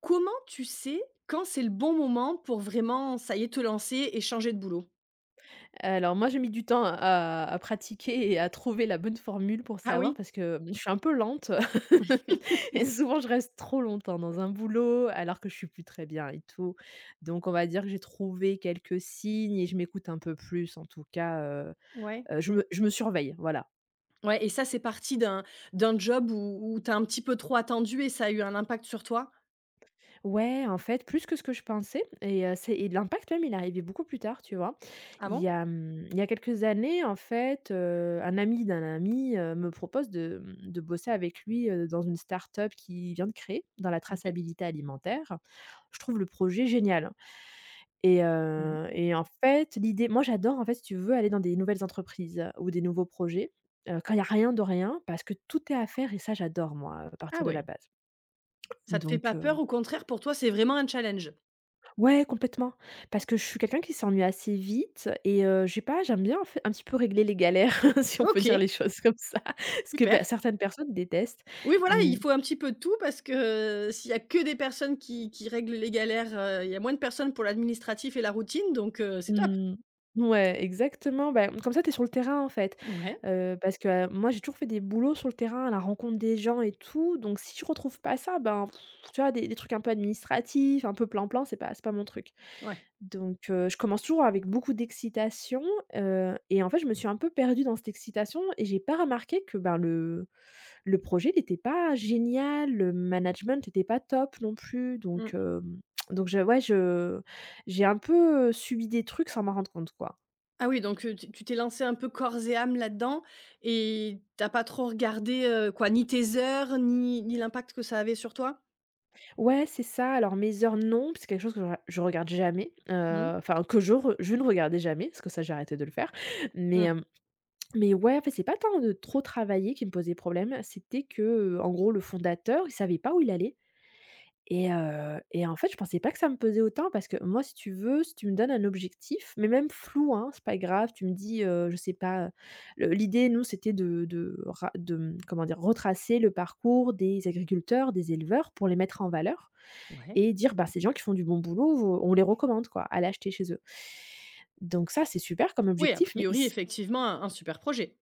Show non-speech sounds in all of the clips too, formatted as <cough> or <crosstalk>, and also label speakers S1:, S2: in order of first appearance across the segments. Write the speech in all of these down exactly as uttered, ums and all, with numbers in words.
S1: Comment tu sais quand c'est le bon moment pour vraiment, ça y est, te lancer et changer de boulot?
S2: Alors moi, j'ai mis du temps à à pratiquer et à trouver la bonne formule pour
S1: Ah
S2: savoir
S1: oui?
S2: parce que, mmh, je suis un peu lente <laughs> et souvent je reste trop longtemps dans un boulot alors que je suis plus très bien et tout. Donc on va dire que j'ai trouvé quelques signes et je m'écoute un peu plus en tout cas. heu,
S1: Ouais.
S2: heu, je me je me surveille, voilà.
S1: Ouais et ça, c'est parti d'un d'un job où où tu as un petit peu trop attendu et ça a eu un impact sur toi?
S2: Ouais, en fait, plus que ce que je pensais et heu, c'est et l'impact même, il est arrivé beaucoup plus tard, tu vois?
S1: Ah
S2: Il y
S1: bon?
S2: a, mmh, il y a quelques années, en fait, heu, un ami d'un ami, heu, me propose de, mmh, de bosser avec lui, heu, dans une start-up qu'il vient de créer dans la
S1: OK.
S2: traçabilité alimentaire. Je trouve le projet génial et
S1: Mmh.
S2: heu et en fait, l'idée moi, j'adore, en fait, si tu veux, aller dans des nouvelles entreprises ou des nouveaux projets, heu, quand il y a rien de rien parce que tout est à faire et ça, j'adore moi, à
S1: Ah
S2: partir de la
S1: ouais.
S2: base.
S1: Ça te fait pas
S2: Donc
S1: peur, au contraire, pour toi, c'est vraiment un challenge?
S2: Ouais, complètement. Parce que je suis quelqu'un qui s'ennuie assez vite et heu, je pas, j'aime bien en fait un petit peu régler les galères, <laughs> si on peut dire
S1: OK,
S2: les choses comme ça. Ce que
S1: super.
S2: bah, certaines personnes détestent.
S1: Oui, voilà, il
S2: Mmh,
S1: faut un petit peu de tout parce que, heu, s'il y a que des personnes qui qui règlent les galères, heu, il y a moins de personnes pour l'administratif et la routine donc heu, c'est top.
S2: mmh. Ouais, exactement. Bah, comme ça, tu es sur le terrain, en fait.
S1: Ouais,
S2: Heu, parce que, heu, moi, j'ai toujours fait des boulots sur le terrain, à la rencontre des gens et tout. Donc si je retrouve pas ça, ben, pff, tu vois, des des trucs un peu administratifs, un peu plan plan, c'est pas c'est pas mon truc.
S1: ouais.
S2: Donc heu, je commence toujours avec beaucoup d'excitation, heu et en fait, je me suis un peu perdue dans cette excitation et j'ai pas remarqué que, ben, le le projet n'était pas génial, le management n'était pas top non plus, donc
S1: Mmh.
S2: hem, donc je ouais, je j'ai un peu, heu, subi des trucs sans m'en rendre compte, quoi.
S1: Ah oui, donc heu, tu tu t'es lancé un peu corps et âme là-dedans et t'as pas trop regardé, heu, quoi, ni tes heures, ni ni l'impact que ça avait sur toi?
S2: Ouais, c'est ça. Alors mes heures, non, c'est quelque chose que je je regarde jamais,
S1: Mmh.
S2: heu, enfin que je re je ne regardais jamais, parce que ça, j'ai arrêté de le faire,
S1: Mmh.
S2: mais Mais ouais, en fait, c'est pas tant de trop travailler qui me posait problème, c'était que, heu, en gros, le fondateur, il savait pas où il allait et heu et en fait, je pensais pas que ça me pesait autant parce que moi, si tu veux, si tu me donnes un objectif, mais même flou, hein, c'est pas grave, tu me dis, heu, je sais pas, le l'idée, nous, c'était de de ra de, mmh, comment dire? Retracer le parcours des agriculteurs, des éleveurs pour les mettre en valeur
S1: Ouais.
S2: et dire: «Bah, ces gens qui font du bon boulot, on les recommande, quoi, à l'acheter chez eux». Donc ça, c'est super comme
S1: Oui, a
S2: objectif, mais il
S1: priori, effectivement, un un super projet.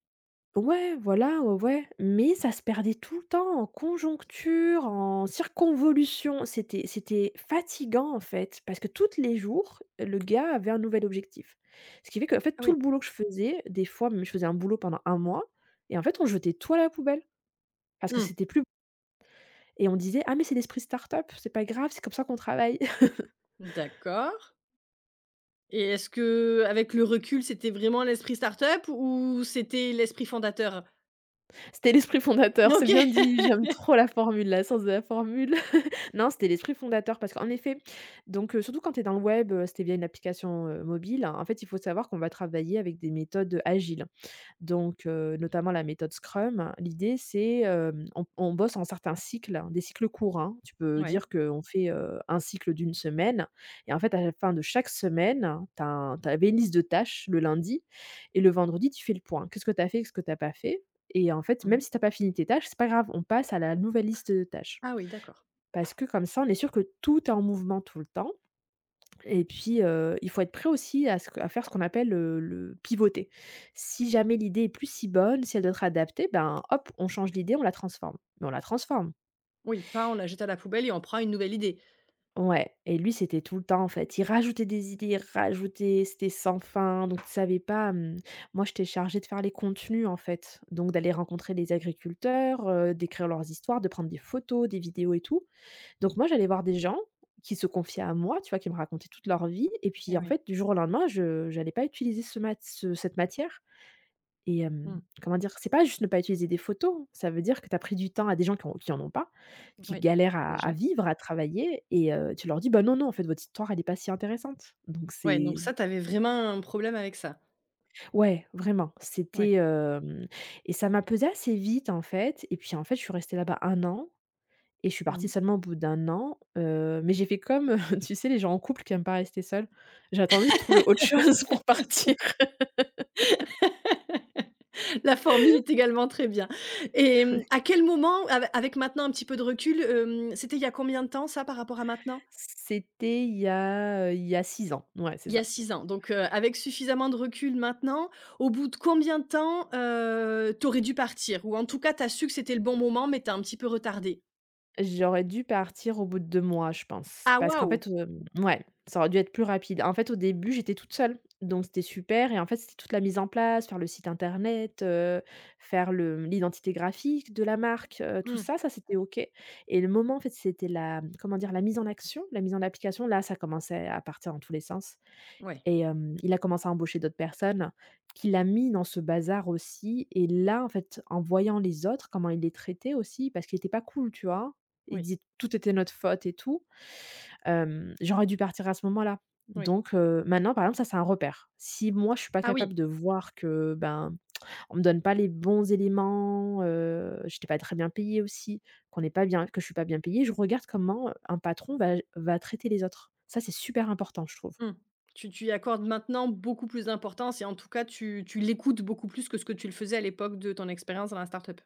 S2: ouais, voilà, ouais, ouais, mais ça se perdait tout le temps en conjoncture, en circonvolution. C'était c'était fatigant, en fait, parce que tous les jours, le gars avait un nouvel objectif. Ce qui fait qu'en fait,
S1: Ah
S2: tout
S1: oui.
S2: le boulot que je faisais, des fois, même je faisais un boulot pendant un mois et en fait, on jetait tout à la poubelle parce que
S1: Mmh.
S2: c'était plus et on disait: «Ah mais c'est l'esprit start-up, c'est pas grave, c'est comme ça qu'on travaille». <laughs>
S1: D'accord, et est-ce que avec le recul, c'était vraiment l'esprit startup ou c'était l'esprit fondateur?
S2: C'était l'esprit fondateur, c'est
S1: OK.
S2: bien dit, j'aime trop la formule, la sens de la formule. <laughs> Non, c'était l'esprit fondateur parce qu'en effet, donc heu, surtout quand tu es dans le web, heu, c'était via une application, heu, mobile, en fait, il faut savoir qu'on va travailler avec des méthodes, agiles. Donc heu, notamment la méthode Scrum, l'idée c'est, hem, on on bosse en certains cycles, hein, des cycles courts, hein. Tu peux
S1: Ouais.
S2: dire qu'on fait, heu, un cycle d'une semaine et en fait, à la fin de chaque semaine, tu as une liste de tâches le lundi et le vendredi, tu fais le point. Qu'est-ce que tu as fait? Qu'est-ce que tu as pas fait? Et en fait, même
S1: Mmh.
S2: si tu as pas fini tes tâches, c'est pas grave, on passe à la nouvelle liste de tâches.
S1: Ah oui, d'accord.
S2: Parce que comme ça, on est sûr que tout est en mouvement tout le temps et puis, heu, il faut être prêt aussi à ce que à faire ce qu'on appelle le le pivoter. Si jamais l'idée est plus si bonne, si elle doit être adaptée, ben, hop, on change l'idée, on la transforme. Mais on la transforme.
S1: Oui, pas on la jette à la poubelle et on prend une nouvelle idée.
S2: Ouais et lui, c'était tout le temps, en fait. Il rajoutait des idées, il rajoutait, c'était sans fin, donc il savait pas, hem moi, j'étais chargée de faire les contenus, en fait, donc d'aller rencontrer les agriculteurs, heu, d'écrire leurs histoires, de prendre des photos, des vidéos et tout. Donc moi, j'allais voir des gens qui se confiaient à moi, tu vois? Qui me racontaient toute leur vie et puis
S1: Eh
S2: en
S1: oui.
S2: fait, du jour au lendemain, je j'allais pas utiliser ce mat ce cette matière et
S1: Mmh.
S2: hem,
S1: Mmh.
S2: comment dire? C'est pas juste ne pas utiliser des photos, ça veut dire que tu as pris du temps à des gens qui ont qui en ont pas, qui
S1: Oui.
S2: galèrent à
S1: Déjà.
S2: à vivre, à travailler et heu, tu leur dis: «Bah, non, non, en fait, votre histoire, elle est pas si intéressante». Donc
S1: Ouais, donc
S2: c'est
S1: ça, tu avais vraiment un problème avec ça?
S2: ouais, vraiment,
S1: Ouais.
S2: c'était, hem et ça m'a pesé assez vite, en fait et puis, en fait, je suis restée là-bas un an. Et je suis partie
S1: Mmh.
S2: seulement au bout d'un an, heu, mais j'ai fait comme, <laughs> heu, tu sais les gens en couple qui aiment pas rester seuls. J'ai attendu de trouver autre <laughs> chose pour partir.
S1: La formule est également très bien, et mmh, à quel moment ave avec maintenant un petit peu de recul, hem, c'était il y a combien de temps ça par rapport à maintenant?
S2: C'était il y a, heu, il y a six ans. Ouais, c'est
S1: Il y a
S2: ça.
S1: six ans donc, heu, avec suffisamment de recul maintenant, au bout de combien de temps, heu, tu aurais dû partir? Ou en tout cas, tu as su que c'était le bon moment, mais tu as un petit peu retardé?
S2: J'aurais dû partir au bout de deux mois, je pense.
S1: Ah
S2: Parce qu'en
S1: waouh!
S2: fait, hem, ouais, ça aurait dû être plus rapide. En fait, au début, j'étais toute seule, donc c'était super et en fait, c'était toute la mise en place, faire le site internet, heu, faire le l'identité graphique de la marque, heu, tout
S1: Mmh,
S2: ça, ça c'était OK et le moment, en fait, c'était la, comment dire? La mise en action, la mise en application, là, ça commençait à partir dans tous les sens.
S1: ouais,
S2: Et hem, il a commencé à embaucher d'autres personnes qu'il a mis dans ce bazar aussi et là, en fait, en voyant les autres, comment il les traitaient aussi, parce qu'il était pas cool, tu vois? Il
S1: oui,
S2: disait: «Tout était notre faute et tout», hem, j'aurais dû partir à ce moment-là.
S1: oui.
S2: Donc heu, maintenant, par exemple, ça, c'est un repère. Si moi, je suis pas
S1: Ah
S2: capable
S1: oui,
S2: de voir que, ben, on me donne pas les bons éléments, heu, j'étais pas très bien payée aussi, qu'on n'est pas bien que je suis pas bien payée, je regarde comment un patron va va traiter les autres. Ça, c'est super important, je trouve.
S1: mmh. Tu tu y accordes maintenant beaucoup plus d'importance et en tout cas, tu tu l'écoutes beaucoup plus que ce que tu le faisais à l'époque de ton expérience dans la start-up?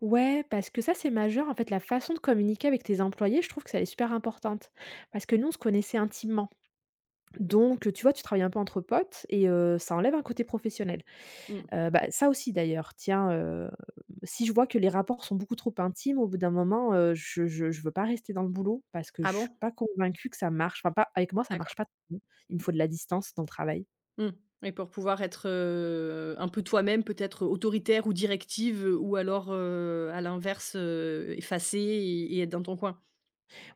S2: Ouais, parce que ça, c'est majeur. En fait, la façon de communiquer avec tes employés, je trouve que ça, elle est super importante. Parce que nous, on se connaissait intimement. Donc, tu vois, tu travailles un peu entre potes et heu, ça enlève un côté professionnel.
S1: Mmh.
S2: Heu, bah, ça aussi d'ailleurs, tiens, heu, si je vois que les rapports sont beaucoup trop intimes, au bout d'un moment, heu, je je je veux pas rester dans le boulot parce que
S1: Ah
S2: je suis
S1: bon?
S2: pas convaincue que ça marche. Enfin, pas avec moi, ça marche
S1: D'accord.
S2: pas. Il me faut de la distance dans le travail.
S1: Mmh, et pour pouvoir être, heu, un peu toi-même, peut-être autoritaire ou directive, heu, ou alors, heu, à l'inverse, heu, effacée et et être dans ton coin?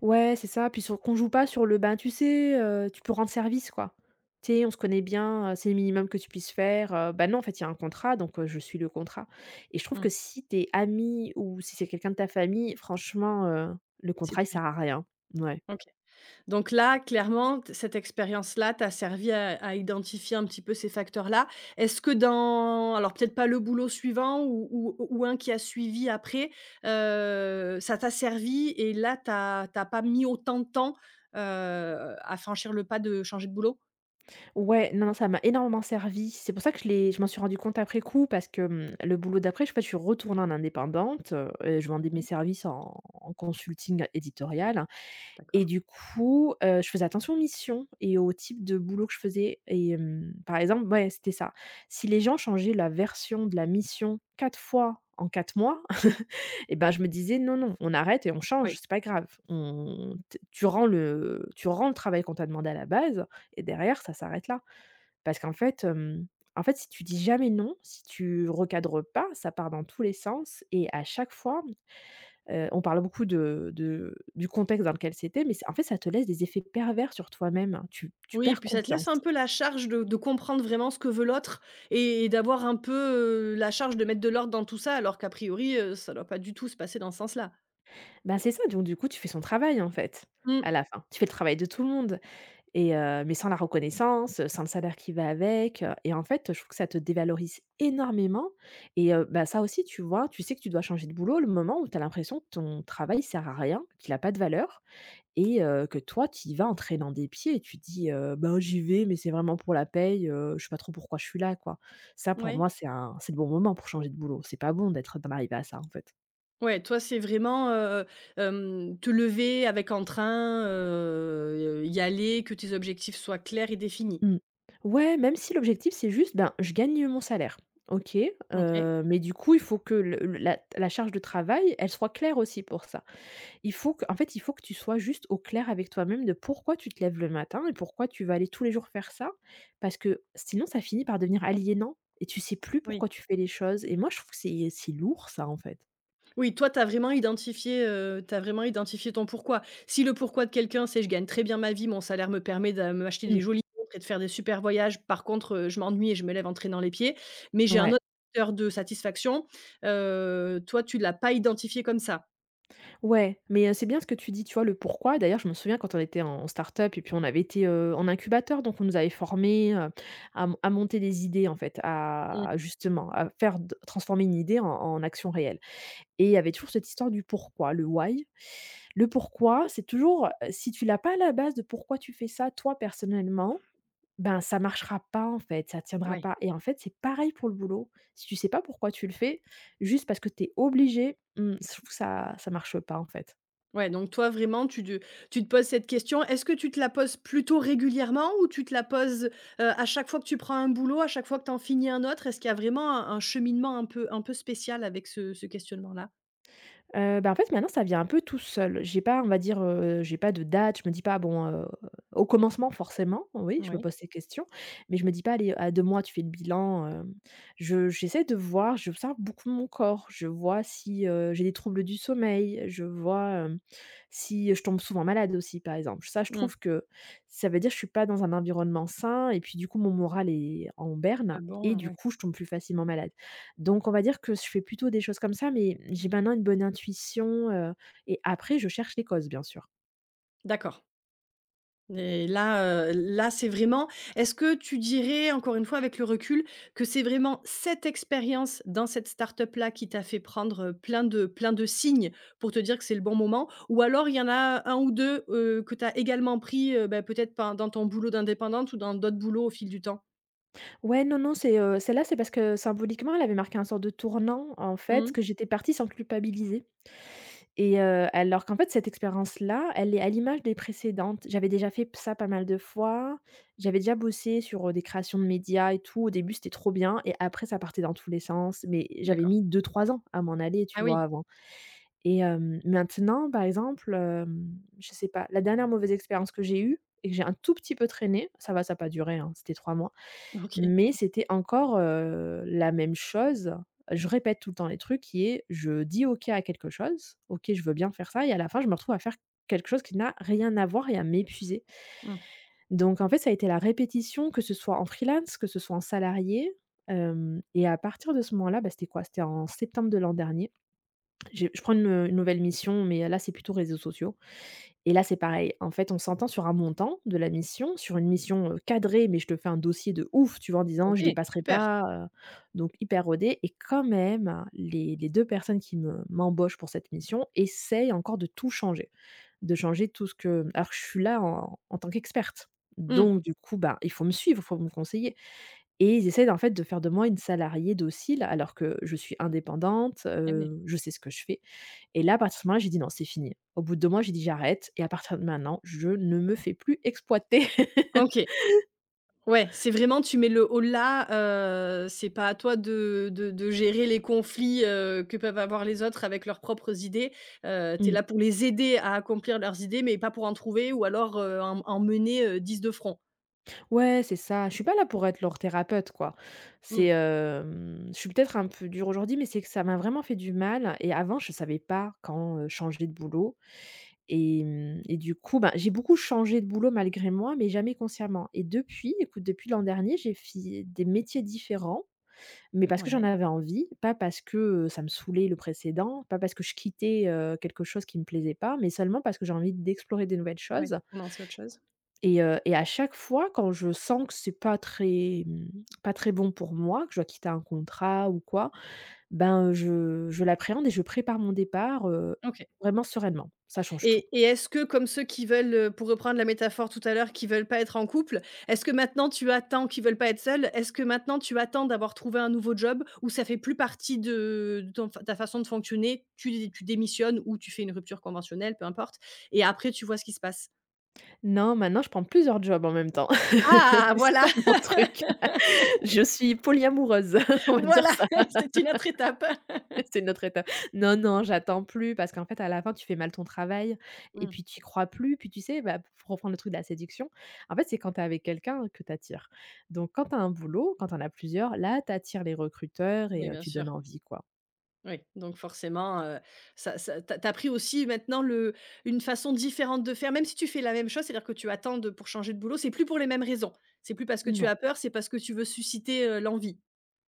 S2: Ouais, c'est ça, puis sur qu'on joue pas sur le «ben, tu sais, heu, tu peux rendre service» quoi. Tu sais, on se connaît bien, heu, c'est le minimum que tu puisses faire, heu, bah, non, en fait, il y a un contrat, donc heu, je suis le contrat et je trouve
S1: Mmh,
S2: que si t'es ami ou si c'est quelqu'un de ta famille, franchement, heu, le
S1: c'est
S2: contrat, il
S1: plus.
S2: sert à rien. Ouais.
S1: OK. Donc là, clairement, t cette expérience-là t'a servi à à identifier un petit peu ces facteurs-là. Est-ce que dans, alors peut-être pas le boulot suivant ou ou ou un qui a suivi après, heu, ça t'a servi et là, t'as t'as pas mis autant de temps, heu, à franchir le pas de changer de boulot?
S2: Ouais, non, non, ça m'a énormément servi. C'est pour ça que je l'ai je m'en suis rendu compte après coup parce que, mmh, le boulot d'après, je sais pas, je suis retournée en indépendante, heu et je vendais mes
S1: Mmh.
S2: services en en consulting éditorial.
S1: D'accord.
S2: Et du coup, heu, je faisais attention aux missions et au type de boulot que je faisais et hem, par exemple, ouais, c'était ça. Si les gens changeaient la version de la mission quatre fois en quatre mois <laughs> et ben, je me disais: «Non, non, on arrête et on
S1: Oui.
S2: change, c'est pas grave. On t tu rends le tu rends le travail qu'on t'a demandé à la base et derrière ça s'arrête là». Parce qu'en fait, hem, en fait, si tu dis jamais non, si tu recadres pas, ça part dans tous les sens et à chaque fois. Heu, on parle beaucoup de de du contexte dans lequel c'était, mais c'est en fait, ça te laisse des effets pervers sur toi-même, hein. Tu tu
S1: Oui,
S2: perds
S1: puis ça te
S2: confiance.
S1: laisse un peu la charge de de comprendre vraiment ce que veut l'autre et et d'avoir un peu, heu, la charge de mettre de l'ordre dans tout ça, alors qu'a priori, heu, ça doit pas du tout se passer dans ce sens-là.
S2: Ben c'est ça, donc du coup, tu fais son travail, en fait,
S1: Mmh,
S2: à la fin. Tu fais le travail de tout le monde et heu, mais sans la reconnaissance, sans le salaire qui va avec, heu et en fait, je trouve que ça te dévalorise énormément et heu, bah, ça aussi, tu vois, tu sais que tu dois changer de boulot le moment où tu as l'impression que ton travail sert à rien, qu'il a pas de valeur. Et heu, que toi, tu y vas en traînant des pieds et tu dis, heu: «Ben, j'y vais, mais c'est vraiment pour la paye, heu, je sais pas trop pourquoi je suis là, quoi». Ça, pour
S1: ouais.
S2: moi, c'est un c'est le bon moment pour changer de boulot. C'est pas bon d'être d'en arriver à ça, en fait.
S1: Ouais, toi, c'est vraiment, heu, hem, te lever avec entrain, heu, y aller, que tes objectifs soient clairs et définis.
S2: Mmh. Ouais, même si l'objectif, c'est juste, ben, je gagne mon salaire. OK,
S1: OK,
S2: heu, mais du coup, il faut que le le- la la charge de travail, elle soit claire aussi pour ça. Il faut que En fait, il faut que tu sois juste au clair avec toi-même de pourquoi tu te lèves le matin et pourquoi tu vas aller tous les jours faire ça. Parce que sinon, ça finit par devenir aliénant et tu sais plus pourquoi
S1: oui.
S2: tu fais les choses et moi, je trouve que c'est c'est lourd ça, en fait.
S1: Oui, toi, tu as vraiment identifié, heu, tu vraiment identifié ton pourquoi. Si le pourquoi de quelqu'un, c'est: «Je gagne très bien ma vie, mon salaire me permet de m'acheter des
S2: Mmh.
S1: jolies montres et de faire des super voyages. Par contre, heu, je m'ennuie et je me lève en traînant les pieds», mais j'ai un
S2: Ouais,
S1: autre facteur de satisfaction. Heu, toi, tu l'as pas identifié comme ça?
S2: ouais, mais heu, c'est bien ce que tu dis, tu vois? Le pourquoi. D'ailleurs, je me souviens quand on était en en start-up et puis on avait été, heu, en incubateur, donc on nous avait formés, heu, à mon à monter des idées, en fait, à
S1: Mmh,
S2: à justement, à faire d transformer une idée en en action réelle, et il y avait toujours cette histoire du pourquoi, le why. Le pourquoi, c'est toujours, heu, si tu l'as pas à la base de pourquoi tu fais ça toi personnellement, ben, ça marchera pas en fait, ça tiendra
S1: ouais.
S2: pas et en fait, c'est pareil pour le boulot. Si tu sais pas pourquoi tu le fais, juste parce que tu es obligé, mmh, je trouve que ça ça marche pas en fait.
S1: Ouais, donc toi, vraiment, tu te tu te poses cette question. Est-ce que tu te la poses plutôt régulièrement ou tu te la poses, heu, à chaque fois que tu prends un boulot, à chaque fois que tu en finis un autre? Est-ce qu'il y a vraiment un un cheminement un peu un peu spécial avec ce ce questionnement-là?
S2: Heu, bah, en fait, maintenant, ça vient un peu tout seul. J'ai pas, on va dire, heu, j'ai pas de date. Je me dis pas: «Bon, heu» au commencement, forcément, oui, je me
S1: Ouais.
S2: pose ces questions, mais je me dis pas: «Allez, à deux mois, tu fais le bilan», hem, je j'essaie de voir, j'observe beaucoup mon corps. Je vois si, heu, j'ai des troubles du sommeil, je vois, hem, si je tombe souvent malade aussi, par exemple. Ça, je
S1: Mmh.
S2: trouve que ça veut dire je suis pas dans un environnement sain et puis, du coup, mon moral est en berne
S1: Ah
S2: et
S1: bon,
S2: du
S1: ouais.
S2: coup, je tombe plus facilement malade. Donc on va dire que je fais plutôt des choses comme ça, mais j'ai maintenant une bonne intuition, heu et après je cherche les causes, bien sûr.
S1: D'accord, et là, heu, là, c'est vraiment, est-ce que tu dirais, encore une fois avec le recul, que c'est vraiment cette expérience dans cette start-up-là qui t'a fait prendre plein de plein de signes pour te dire que c'est le bon moment? Ou alors il y en a un ou deux, heu, que tu as également pris, heu, bah, peut-être pen dans ton boulot d'indépendante ou dans d'autres boulots au fil du temps?
S2: Ouais, non, non, c'est, heu, celle-là, c'est parce que symboliquement, elle avait marqué un sort de tournant, en fait,
S1: Mmh.
S2: que j'étais partie sans culpabiliser et heu, alors qu'en fait, cette expérience-là, elle est à l'image des précédentes. J'avais déjà fait ça pas mal de fois, j'avais déjà bossé sur, heu, des créations de médias et tout. Au début, c'était trop bien et après ça partait dans tous les sens, mais j'avais
S1: D'accord.
S2: mis deux trois ans à m'en aller,
S1: Ah
S2: tu vois,
S1: oui,
S2: avant. Et hem, maintenant, par exemple, hem, je sais pas, la dernière mauvaise expérience que j'ai eue et que j'ai un tout petit peu traîné, ça va, ça n'a pas duré, hein, c'était trois mois,
S1: OK.
S2: mais c'était encore, heu, la même chose. Je répète tout le temps les trucs qui est je dis OK à quelque chose, OK, je veux bien faire ça et à la fin, je me retrouve à faire quelque chose qui n'a rien à voir et à m'épuiser.
S1: Mmh.
S2: Donc en fait, ça a été la répétition, que ce soit en freelance, que ce soit en salarié, hem et à partir de ce moment-là, bah, c'était quoi? C'était en septembre de l'an dernier. J'ai Je prends une, une nouvelle mission, mais euh, là, c'est plutôt réseaux sociaux et là, c'est pareil. En fait, on s'entend sur un montant de la mission, sur une mission, heu, cadrée, mais je te fais un dossier de ouf, tu vois? En disant: «Je
S1: OK,
S2: dépasserai
S1: super.
S2: pas», heu, donc hyper rodé et quand même, les les deux personnes qui me m'embauchent pour cette mission essayent encore de tout changer, de changer tout ce que alors que je suis là en en tant qu'experte.
S1: Mmh.
S2: Donc du coup, bah, il faut me suivre, il faut me conseiller et ils essaient en fait de faire de moi une salariée docile alors que je suis indépendante,
S1: Eh oui.
S2: heu, je sais ce que je fais et là, à partir de ce moment-là, j'ai dit: «Non, c'est fini». Au bout de deux mois, j'ai dit: «J'arrête et à partir de maintenant, je ne me fais plus exploiter».
S1: OK.
S2: <laughs>
S1: Ouais, c'est vraiment, tu mets le holà, heu, c'est pas à toi de de de gérer les conflits, heu, que peuvent avoir les autres avec leurs propres idées. Heu, tu es
S2: Mmh.
S1: là pour les aider à accomplir leurs idées, mais pas pour en trouver ou alors, heu, en en mener, heu, dix de front.
S2: Ouais, c'est ça. Je suis pas là pour être leur thérapeute, quoi.
S1: Mmh.
S2: C'est, hem, je suis peut-être un peu dure aujourd'hui, mais c'est que ça m'a vraiment fait du mal et avant, je savais pas quand, heu, changer de boulot et mmh et du coup, ben, j'ai beaucoup changé de boulot malgré moi, mais jamais consciemment et depuis, écoute, depuis l'an dernier, j'ai fait des métiers différents, mais parce que j'en
S1: Ouais,
S2: avais envie, pas parce que, heu, ça me saoulait le précédent, pas parce que je quittais, heu, quelque chose qui me plaisait pas, mais seulement parce que j'ai envie d'explorer des nouvelles
S1: ouais,
S2: choses
S1: de commencer autre chose.
S2: et heu et à chaque fois quand je sens que c'est pas très, mmh, pas très bon pour moi, que je dois quitter un contrat ou quoi, ben, je je l'appréhende et je prépare mon départ, heu,
S1: OK.
S2: vraiment sereinement. Ça change tout.
S1: Et et est-ce que, comme ceux qui veulent, heu, pour reprendre la métaphore tout à l'heure, qui veulent pas être en couple, est-ce que maintenant tu attends qui veulent pas être seuls, est-ce que maintenant tu attends d'avoir trouvé un nouveau job où ça fait plus partie de de ton ta façon de fonctionner, tu dé tu démissionnes ou tu fais une rupture conventionnelle, peu importe, et après tu vois ce qui se passe?
S2: Non, maintenant je prends plusieurs jobs en même temps. <laughs>
S1: Ah!
S2: C'est
S1: Voilà,
S2: ça mon truc. Je suis polyamoureuse, <laughs>
S1: <laughs>
S2: on va dire
S1: voilà,
S2: ça.
S1: <laughs> c'est une autre étape. <laughs>
S2: <laughs> C'est notre étape. Non, non, j'attends plus parce qu'en fait, à la fin, tu fais mal ton travail et
S1: Mmh,
S2: puis tu y crois plus. Puis tu sais, bah, pour reprendre le truc de la séduction, en fait, c'est quand tu es avec quelqu'un que tu attires. Donc, quand tu as un boulot, quand tu en as plusieurs, là, tu attires les recruteurs et
S1: oui,
S2: heu,
S1: bien
S2: tu donnes
S1: sûr.
S2: envie, quoi.
S1: Oui, donc forcément, heu, ça ça tu as pris aussi maintenant le, une façon différente de faire, même si tu fais la même chose, c'est-à-dire que tu attends de pour changer de boulot, c'est plus pour les mêmes raisons. C'est plus parce que tu
S2: Non.
S1: as peur, c'est parce que tu veux susciter, heu, l'envie.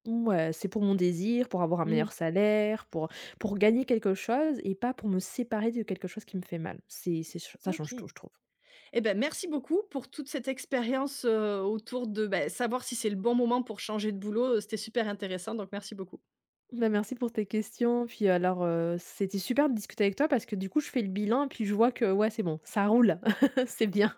S2: Ouais, c'est pour mon désir, pour avoir un
S1: Mmh,
S2: meilleur salaire, pour pour gagner quelque chose et pas pour me séparer de quelque chose qui me fait mal. C'est c'est ça
S1: OK.
S2: change tout, je trouve.
S1: Eh ben, merci beaucoup pour toute cette expérience, heu, autour de, beh, savoir si c'est le bon moment pour changer de boulot, c'était super intéressant, donc merci beaucoup.
S2: Bah, merci pour tes questions. Puis alors, heu, c'était super de discuter avec toi parce que du coup, je fais le bilan et puis je vois que ouais, c'est bon, ça roule, <laughs> c'est bien.